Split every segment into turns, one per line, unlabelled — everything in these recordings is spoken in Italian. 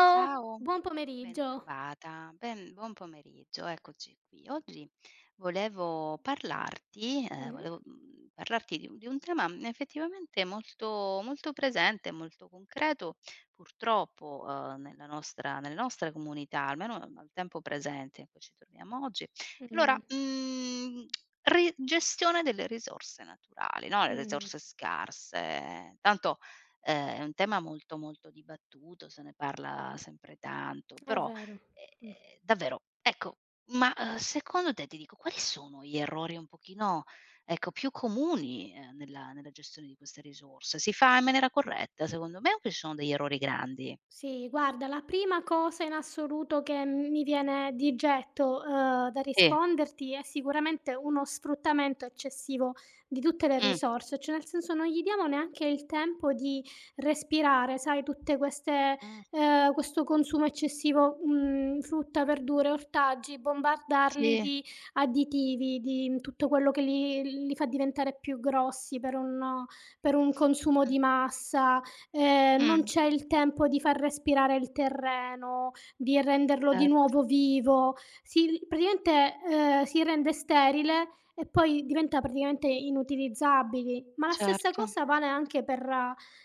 Ciao,
Ciao,
buon pomeriggio.
bentrovata. Ben Buon pomeriggio, eccoci qui. Oggi volevo parlarti
Mh-mh.
volevo, mhmm, parlarti di un tema, effettivamente molto molto presente, molto concreto, purtroppo, nella nostra nelle nostre comunità, almeno al tempo presente in cui ci troviamo oggi. Allora,
Mh,
mhmm, ri gestione delle risorse naturali, no, le
mh,
risorse scarse. Tanto È un tema molto, molto dibattuto, se ne parla sempre tanto,
è
però,
vero. Mh.
davvero, ecco, ma, secondo te, ti dico, quali sono gli errori un pochino, ecco, più comuni, nella gestione di queste risorse? Si fa in maniera corretta secondo me, oppure ci sono degli errori grandi?
Sì, guarda, la prima cosa in assoluto che mi viene di getto, da
Sì.
risponderti è sicuramente uno sfruttamento eccessivo di tutte le
Mh.
risorse, cioè nel senso non gli diamo neanche il tempo di respirare, sai, tutte queste
Mh.
questo consumo eccessivo, frutta, verdure, ortaggi, bombardarli
Sì.
di additivi, di tutto quello che li fa diventare più grossi per un consumo
Mh.
di massa, non
Mh.
c'è il tempo di far respirare il terreno, di renderlo
Cer
di nuovo vivo, si praticamente, si rende sterile e poi diventa praticamente inutilizzabili. Ma la stessa
certo.
cosa vale anche per,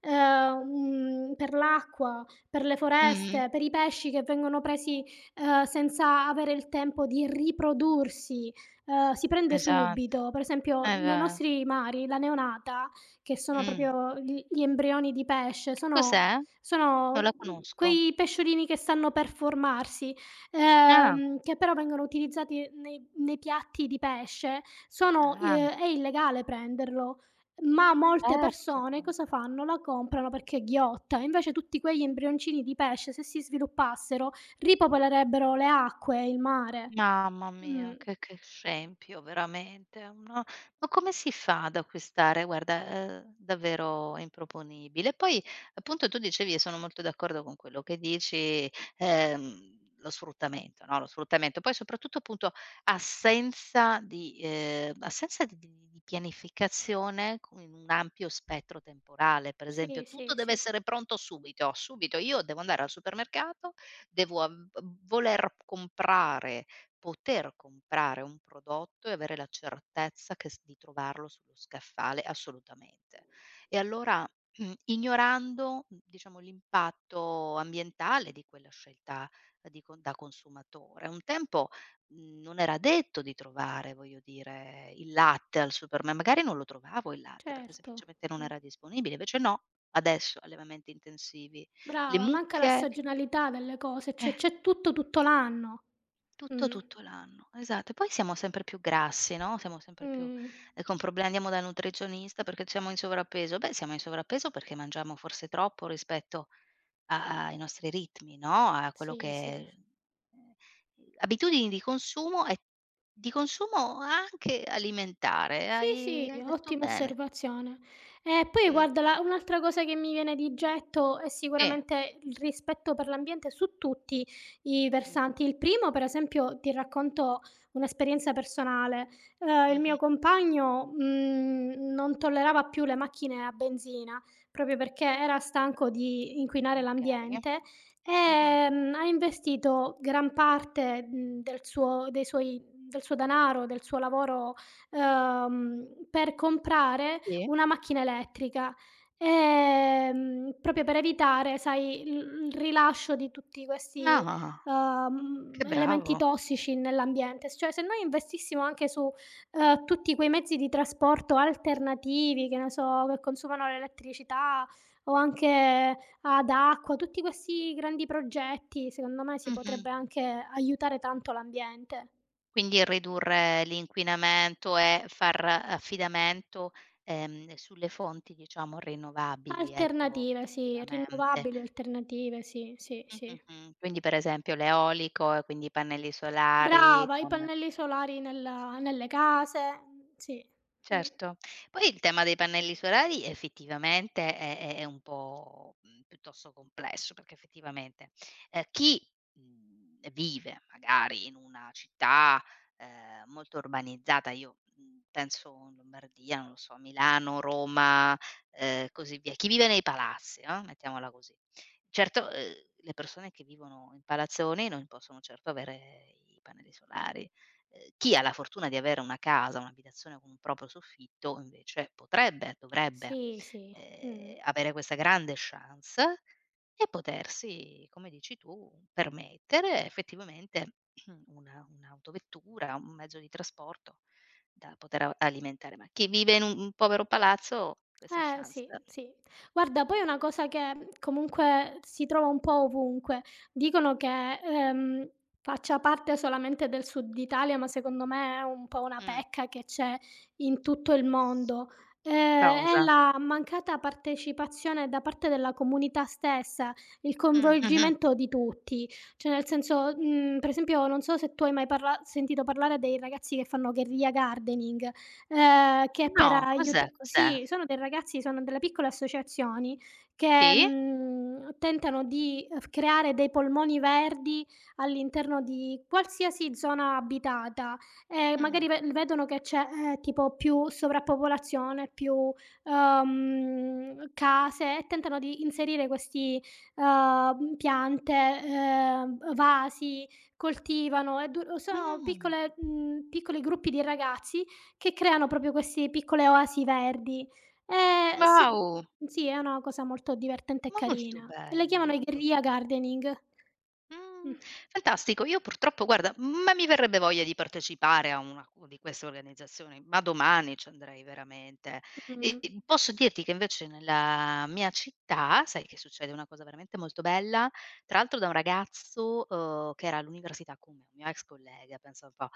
per l'acqua, per le
Mh-mh.
foreste, per i pesci che vengono presi, senza avere il tempo di riprodursi, si prende
Esatto.
subito. Per esempio
Eh
nei
beh.
nostri mari la neonata, che sono
Mh.
proprio gli embrioni di pesce,
Che
sono
cos'è? Non
sono,
la
mhmm,
conosco.
quei pesciolini che stanno per formarsi,
Ah.
che però vengono utilizzati nei piatti di pesce. Sono i
Ah.
è illegale prenderlo, ma molte
Certo.
persone cosa fanno? La comprano perché è ghiotta. Invece tutti quegli embrioncini di pesce, se si sviluppassero, ripopolerebbero le acque, il mare.
Mamma
Mh.
mia, che scempio veramente, una ma come si fa ad acquistare? Guarda, davvero improponibile. Poi appunto tu dicevi, e sono molto d'accordo con quello che dici, lo sfruttamento, no, lo sfruttamento. Poi soprattutto appunto assenza di pianificazione, con in un ampio spettro temporale. Per
Sì,
esempio, tutto
sì,
deve
sì,
essere pronto subito, subito. Io devo andare al supermercato, devo av v voler comprare poter comprare un prodotto e avere la certezza che s di trovarlo sullo scaffale, assolutamente. E allora, ignorando, diciamo, l'impatto ambientale di quella scelta di con da consumatore. Un tempo, non era detto di trovare, voglio dire, il latte, al superma magari non lo trovavo il latte, perché
certo.
semplicemente non
Mh.
era disponibile, invece no, adesso allevamenti intensivi, le
Brava, manca la
mucche
stagionalità delle cose, cioè
eh.
c'è tutto l'anno.
Tutto,
Mh,
tutto l'anno, esatto. E poi siamo sempre più grassi, no, siamo sempre più
mh,
e con problemi andiamo dal nutrizionista perché siamo in sovrappeso. Beh, siamo in sovrappeso perché mangiamo forse troppo rispetto a ai nostri ritmi, no, a quello che
sì, sì.
abitudini di consumo e di consumo anche alimentare.
Sì,
Hai
sì,
hai detto
ottima
bene.
osservazione. E poi
Mh,
guarda, la un'altra cosa che mi viene di getto è
sì.
sicuramente il rispetto per l'ambiente su tutti i
Mh.
versanti. Il primo, per esempio, ti racconto un'esperienza personale. Il mio
Mh-mh.
compagno, non tollerava più le macchine a benzina, proprio perché era stanco di inquinare
Okay.
l'ambiente,
Mh-mh.
ha investito gran parte, del suo denaro, del suo lavoro per comprare
Sì.
una macchina elettrica, proprio per evitare, sai, il rilascio di tutti questi,
Ah, che
elementi
bravo.
tossici nell'ambiente. S Cioè, se noi investissimo anche su, tutti quei mezzi di trasporto alternativi, che ne so, che consumano l'elettricità o anche ad acqua, tutti questi grandi progetti, secondo me si
Mh-mh.
potrebbe anche aiutare tanto l'ambiente.
Quindi ridurre l'inquinamento e far affidamento, sulle fonti, diciamo, rinnovabili, ecco,
Alternative, sì,
effettivamente.
rinnovabili alternative, sì, sì, sì.
Mh-mh-mh. Quindi per esempio l'eolico, e quindi i pannelli solari
Brava, i
con.
pannelli solari nella nelle case, mhmm, sì. Mh.
Certo. Poi il tema dei pannelli solari effettivamente è un po', piuttosto complesso, perché effettivamente, chi, vive magari in una città, molto urbanizzata, io, penso in Lombardia, non lo so, Milano, Roma, così via, chi vive nei palazzi, no, mettiamola così. Certo, le persone che vivono in palazzoni non possono certo avere i pannelli solari. Chi ha la fortuna di avere una casa, un'abitazione con un proprio soffitto, invece potrebbe, dovrebbe,
Sì, sì. Mh.
avere questa grande chance e potersi, come dici tu, permettere effettivamente una un'autovettura, un mezzo di trasporto da poter a alimentare. Ma chi vive in un povero palazzo, questa chance.
Sì, sì. Guarda, poi è una cosa che, comunque si trova un po' ovunque. Dicono che, faccia parte solamente del Sud Italia, ma secondo me è un po' una
mh,
pecca che c'è in tutto il mondo. È
cosa?
la mancata partecipazione da parte della comunità stessa, il
Mh-mh.
coinvolgimento di tutti. Cioè nel senso, per esempio non so se tu hai mai parla sentito parlare dei ragazzi che fanno guerriglia gardening che per
No, cos'è,
aiut
cos'è?
sì, sono dei ragazzi, sono delle piccole associazioni che,
Sì?
tentano di, f creare dei polmoni verdi all'interno di qualsiasi zona abitata e
Mh.
magari ve vedono che c'è, tipo più sovrappopolazione, più, case, e tentano di inserire questi, piante, vasi, coltivano e du sono
Mh.
piccole piccoli gruppi di ragazzi che creano proprio queste piccole oasi verdi. Se
Wow!
mhmm, sì, è una cosa molto divertente e
Molto
carina. Le
bella,
chiamano i
molto
guerrilla
bella.
gardening. Mh.
Mh, fantastico. Io purtroppo guarda, ma mi verrebbe voglia di partecipare a una u di queste organizzazioni, ma domani ci andrei veramente. E
Mh.
e posso dirti che invece nella mia città, sai che succede una cosa veramente molto bella, tra l'altro da un ragazzo, che era all'università con me, un mio ex collega, pensa un po'.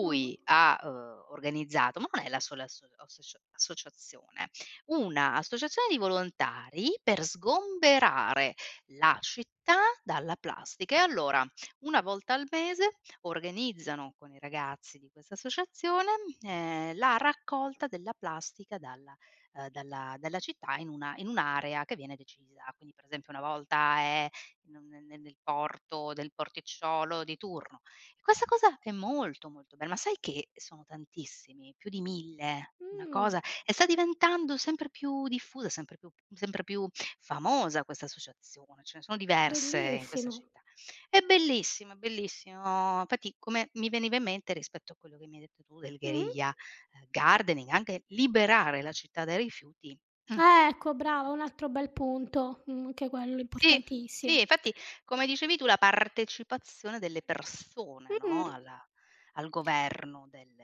Mh.
ha, organizzato, ma non è la sola associazione, una associazione di volontari per sgomberare la città dalla plastica. E allora 1 volta al mese organizzano con i ragazzi di questa associazione, la raccolta della plastica dalla città, in un'area che viene decisa. Quindi per esempio una volta è in un ne nel porto del porticciolo di turno. E questa cosa è molto, molto bella, ma sai che sono tantissimi, più di 1000, una
Mh.
cosa, e sta diventando sempre più diffusa, sempre più famosa questa associazione, ce ne sono diverse in questa
Bellissimo.
città. È bellissimo, è bellissimo. Infatti, come mi veniva in mente rispetto a quello che mi hai detto tu del
Mh-mh.
guerriglia, gardening, anche liberare la città dai rifiuti. Mh.
Ecco, brava, un altro bel punto. Anche quello
Sì, sì,
importantissimo.
infatti, come dicevi tu, la partecipazione delle persone,
Mh-mh.
no, alla al governo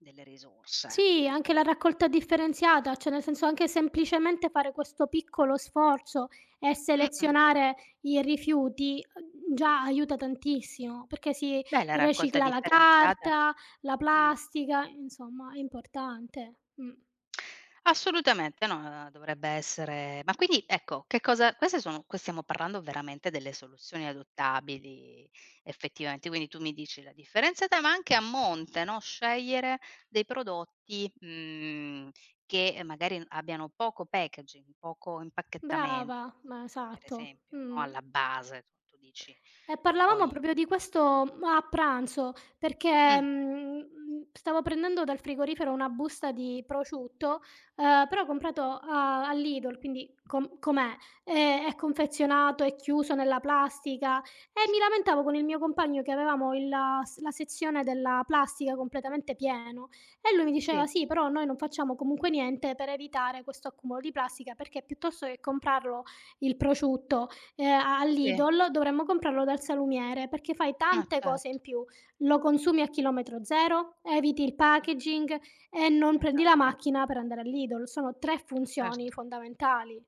delle risorse,
Sì, anche la
ecco.
raccolta differenziata, cioè nel senso anche semplicemente fare questo piccolo sforzo e
Mh-mh.
selezionare i rifiuti, già aiuta tantissimo, perché si
Beh, la raccolta
ricicla la
differenziata.
carta, la
Mh.
plastica, insomma è importante. Mh.
Assolutamente, no, dovrebbe essere, ma quindi ecco, che cosa, queste sono, qui stiamo parlando veramente delle soluzioni adottabili effettivamente, quindi tu mi dici la differenziata, ma anche a monte, no, scegliere dei prodotti, che magari abbiano poco packaging, poco
Brava,
impacchettamento,
ma
per
esatto.
esempio, no,
Mh.
alla base, tu dici:
E
"Non
parlavamo
voglio".
proprio di questo a pranzo, perché,
Mh,
stavo prendendo dal frigorifero una busta di prosciutto, però ho comprato a all'Lidl, quindi è confezionato, è chiuso nella plastica, e mi lamentavo con il mio compagno che avevamo il la s la sezione della plastica completamente pieno, e lui mi diceva:
sì,
"Sì, però noi non facciamo comunque niente per evitare questo accumulo di plastica, perché piuttosto che comprarlo, il prosciutto, a
sì,
all'Idol dovremmo comprarlo dal salumiere, perché fai
ma
tante cose
certo,
in più. Lo consumi a chilometro zero, eviti il
mh,
packaging e non prendi la
esatto,
macchina per andare all'Idol. Sono 3 funzioni
certo.
fondamentali.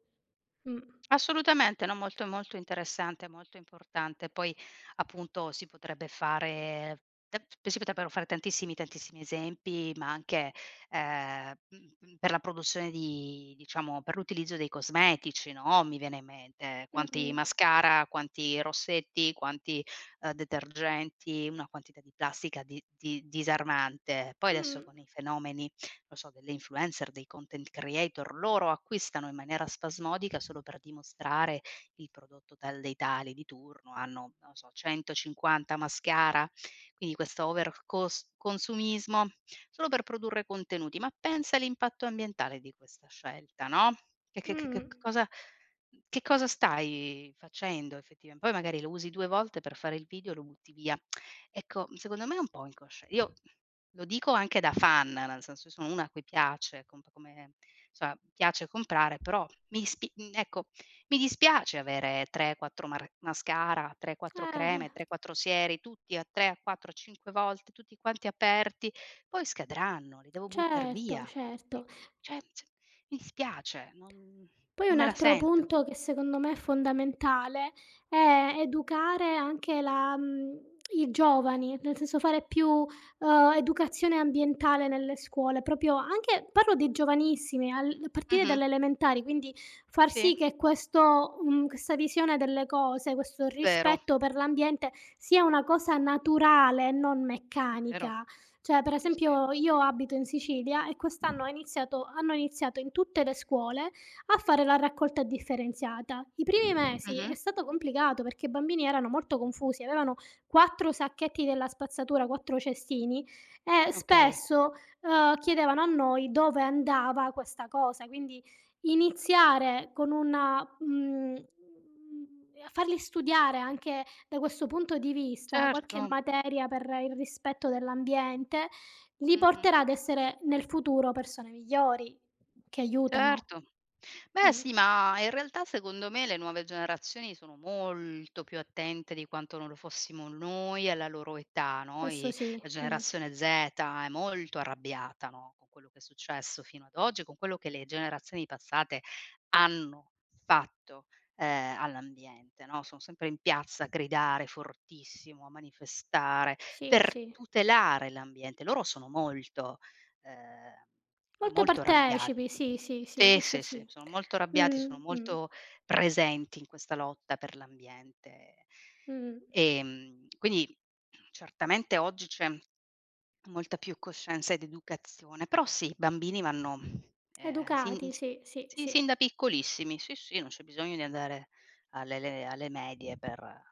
Mh.
Assolutamente, no, molto, molto interessante, molto importante. Poi appunto da si potrebbero fare tantissimi, tantissimi esempi, ma anche, per la produzione di, diciamo, per l'utilizzo dei cosmetici, no, mi viene in mente quanti
Mh-mh.
mascara, quanti rossetti, quanti, detergenti, una quantità di plastica di disarmante. Poi adesso
Mh.
con i fenomeni, lo so, delle influencer, dei content creator, loro acquistano in maniera spasmodica solo per dimostrare il prodotto tal dei tali di turno, hanno, non so, 150 mascara, quindi questo over consumismo solo per produrre contenuti. Ma pensa all'impatto ambientale di questa scelta, no? Che, che- che- che
Mh.
cosa, che cosa stai facendo effettivamente? Poi magari lo usi due volte per fare il video e lo butti via. Ecco, secondo me è un po' inconsciente. Io lo dico anche da fan, nel senso io sono una a cui piace comp come insomma piace comprare, però ecco, mi dispiace avere 3, 4 mar mascara, 3, 4
Eh,
creme, 3, 4 sieri, tutti a 3, a 4, a 5 volte, tutti quanti aperti, poi scadranno, li devo buttar
certo,
via. E
certo.
co Cioè, se mi dispiace, non
Poi
non
un
me la
altro
sento.
punto che secondo me è fondamentale è educare anche i giovani, nel senso fare più, educazione ambientale nelle scuole, proprio anche parlo di giovanissimi, al a partire
Mh-mh,
dalle elementari, quindi far sì
sì,
che questa visione delle cose, questo
vero,
rispetto per l'ambiente sia una cosa naturale e non
è vero.
meccanica. Cioè, per
Sì, sì.
esempio io abito in Sicilia e quest'anno ha iniziato hanno iniziato in tutte le scuole a fare la raccolta differenziata. I primi mesi è
Mh-mh,
stato complicato perché i bambini erano molto confusi, avevano 4 sacchetti della spazzatura, 4 cestini, e
okay.
spesso, chiedevano a noi dove andava questa cosa. Quindi iniziare a farli studiare anche da questo punto di vista
Certo,
qualche materia per il rispetto dell'ambiente, li
mh-mh.
porterà ad essere nel futuro persone migliori che aiutano.
Certo. Beh
Mh.
sì, ma in realtà secondo me le nuove generazioni sono molto più attente di quanto non lo fossimo noi alla loro età, no,
Questo
i
sì,
la
mh.
generazione Z è molto arrabbiata, no, con quello che è successo fino ad oggi, con quello che le generazioni passate hanno fatto, all'ambiente, no, sono sempre in piazza a gridare fortissimo, a manifestare
Sì,
per
sì.
tutelare l'ambiente. Loro sono ehm,
Molto
molto
partecipi,
arrabbiati.
sì, sì, sì,
Sì,
questo
sì, sì,
sì.
sono molto
Mh,
arrabbiati, sono
mh,
molto presenti in questa lotta per l'ambiente.
mh.
Quindi certamente oggi c'è molta più coscienza ed educazione, però sì, i bambini vanno, sin
Educati,
s
sì, sì,
sì,
sì.
sin da piccolissimi, sì, sì, non c'è bisogno di andare alle medie, per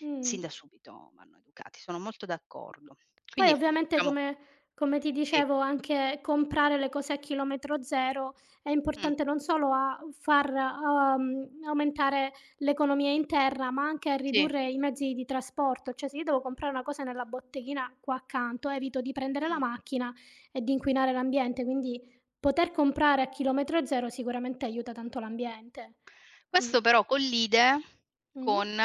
Mh.
sin da subito vanno educati. Sono molto d'accordo.
Poi
Quindi
ovviamente
diciamo
come come ti
sì.
dicevo anche comprare le cose a chilometro zero è
Mh.
importante non solo a far, aumentare l'economia interna, ma anche a
Sì.
ridurre i mezzi di trasporto. Cioè se io devo comprare una cosa nella botteghina qua accanto, evito di prendere la
Mh.
macchina e di inquinare l'ambiente, quindi poter comprare a chilometro zero sicuramente aiuta tanto l'ambiente. Mh.
Questo però collide
Mh-mh.
con,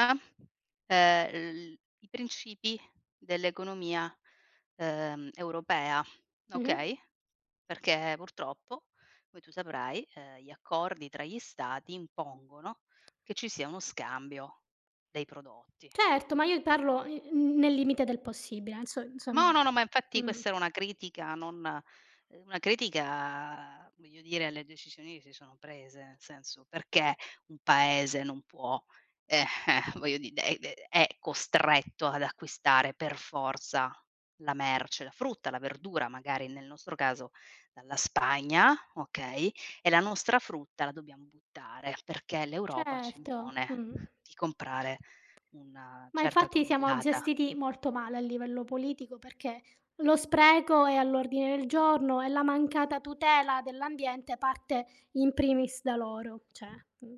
l i principi dell'economia, europea,
Mh-mh.
okay, perché purtroppo, come tu saprai, gli accordi tra gli stati impongono che ci sia uno scambio dei prodotti, per
Certo, ma
cui.
io parlo, nel limite del possibile,
No,
insomma,
no, no, ma infatti
mh,
questa era una critica, non una critica, voglio dire, alle decisioni che si sono prese, nel senso, perché un paese non può, eh, voglio di de de è costretto ad acquistare per forza la merce, la frutta, la verdura, magari nel nostro caso dalla Spagna, okay, e la nostra frutta la dobbiamo buttare, perché l'Europa ci
certo,
impone
mh.
di comprare una
Ma
certa
infatti siamo
tonnellata.
gestiti molto male a livello politico perché lo spreco è all'ordine del giorno e la mancata tutela dell'ambiente parte in primis da loro, cioè, mh,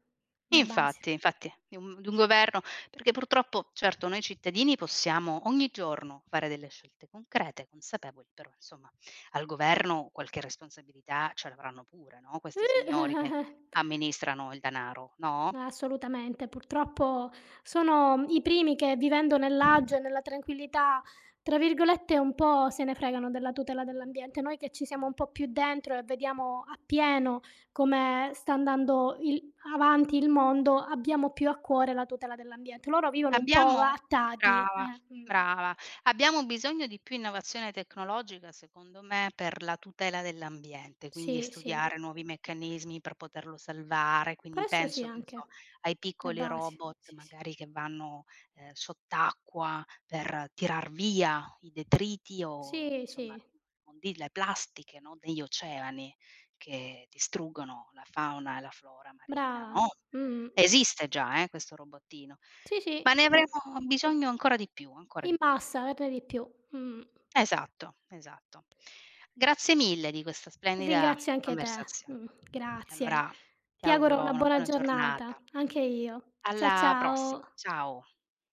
le basi.
Infatti, infatti, di un governo, perché purtroppo, certo, noi cittadini possiamo ogni giorno fare delle scelte concrete, consapevoli, però insomma al governo qualche responsabilità ce l'avranno pure, no, questi signori che
Uh!
amministrano il denaro, no?
Assolutamente, purtroppo sono i primi che, vivendo nell'agio e nella tranquillità, tra virgolette, un po' se ne fregano della tutela dell'ambiente. Noi che ci siamo un po' più dentro e vediamo appieno come sta andando il avanti il mondo, abbiamo più a cuore la tutela dell'ambiente. Loro vivono un po'
Abbiamo
attati,
Brava,
mh.
brava. Abbiamo bisogno di più innovazione tecnologica, secondo me, per la tutela dell'ambiente, quindi
Sì, sì.
studiare nuovi meccanismi per poterlo salvare, quindi
Questo sì
penso, che ne
anche.
so, ai
Le
piccoli
basi,
robot
sì, sì.
magari che vanno, sott'acqua per tirar via i detriti, o
Sì,
insomma
sì,
immondi le plastiche, no, degli oceani, che distruggono la fauna e la flora marina,
brava.
no.
Mh-mh.
Esiste già, questo robottino.
Sì, sì,
Ma ne
mh.
avremo bisogno ancora di più, ancora
In
di più.
massa, per di più. Mh.
Esatto, esatto. Grazie mille di questa splendida
Ringrazio anche te.
conversazione.
Mh.
E
Grazie.
allora ti
Ti auguro
auguro
una
una
buona
buona
giornata.
giornata.
Anche io.
Alla prossima,
Ciao.
ciao.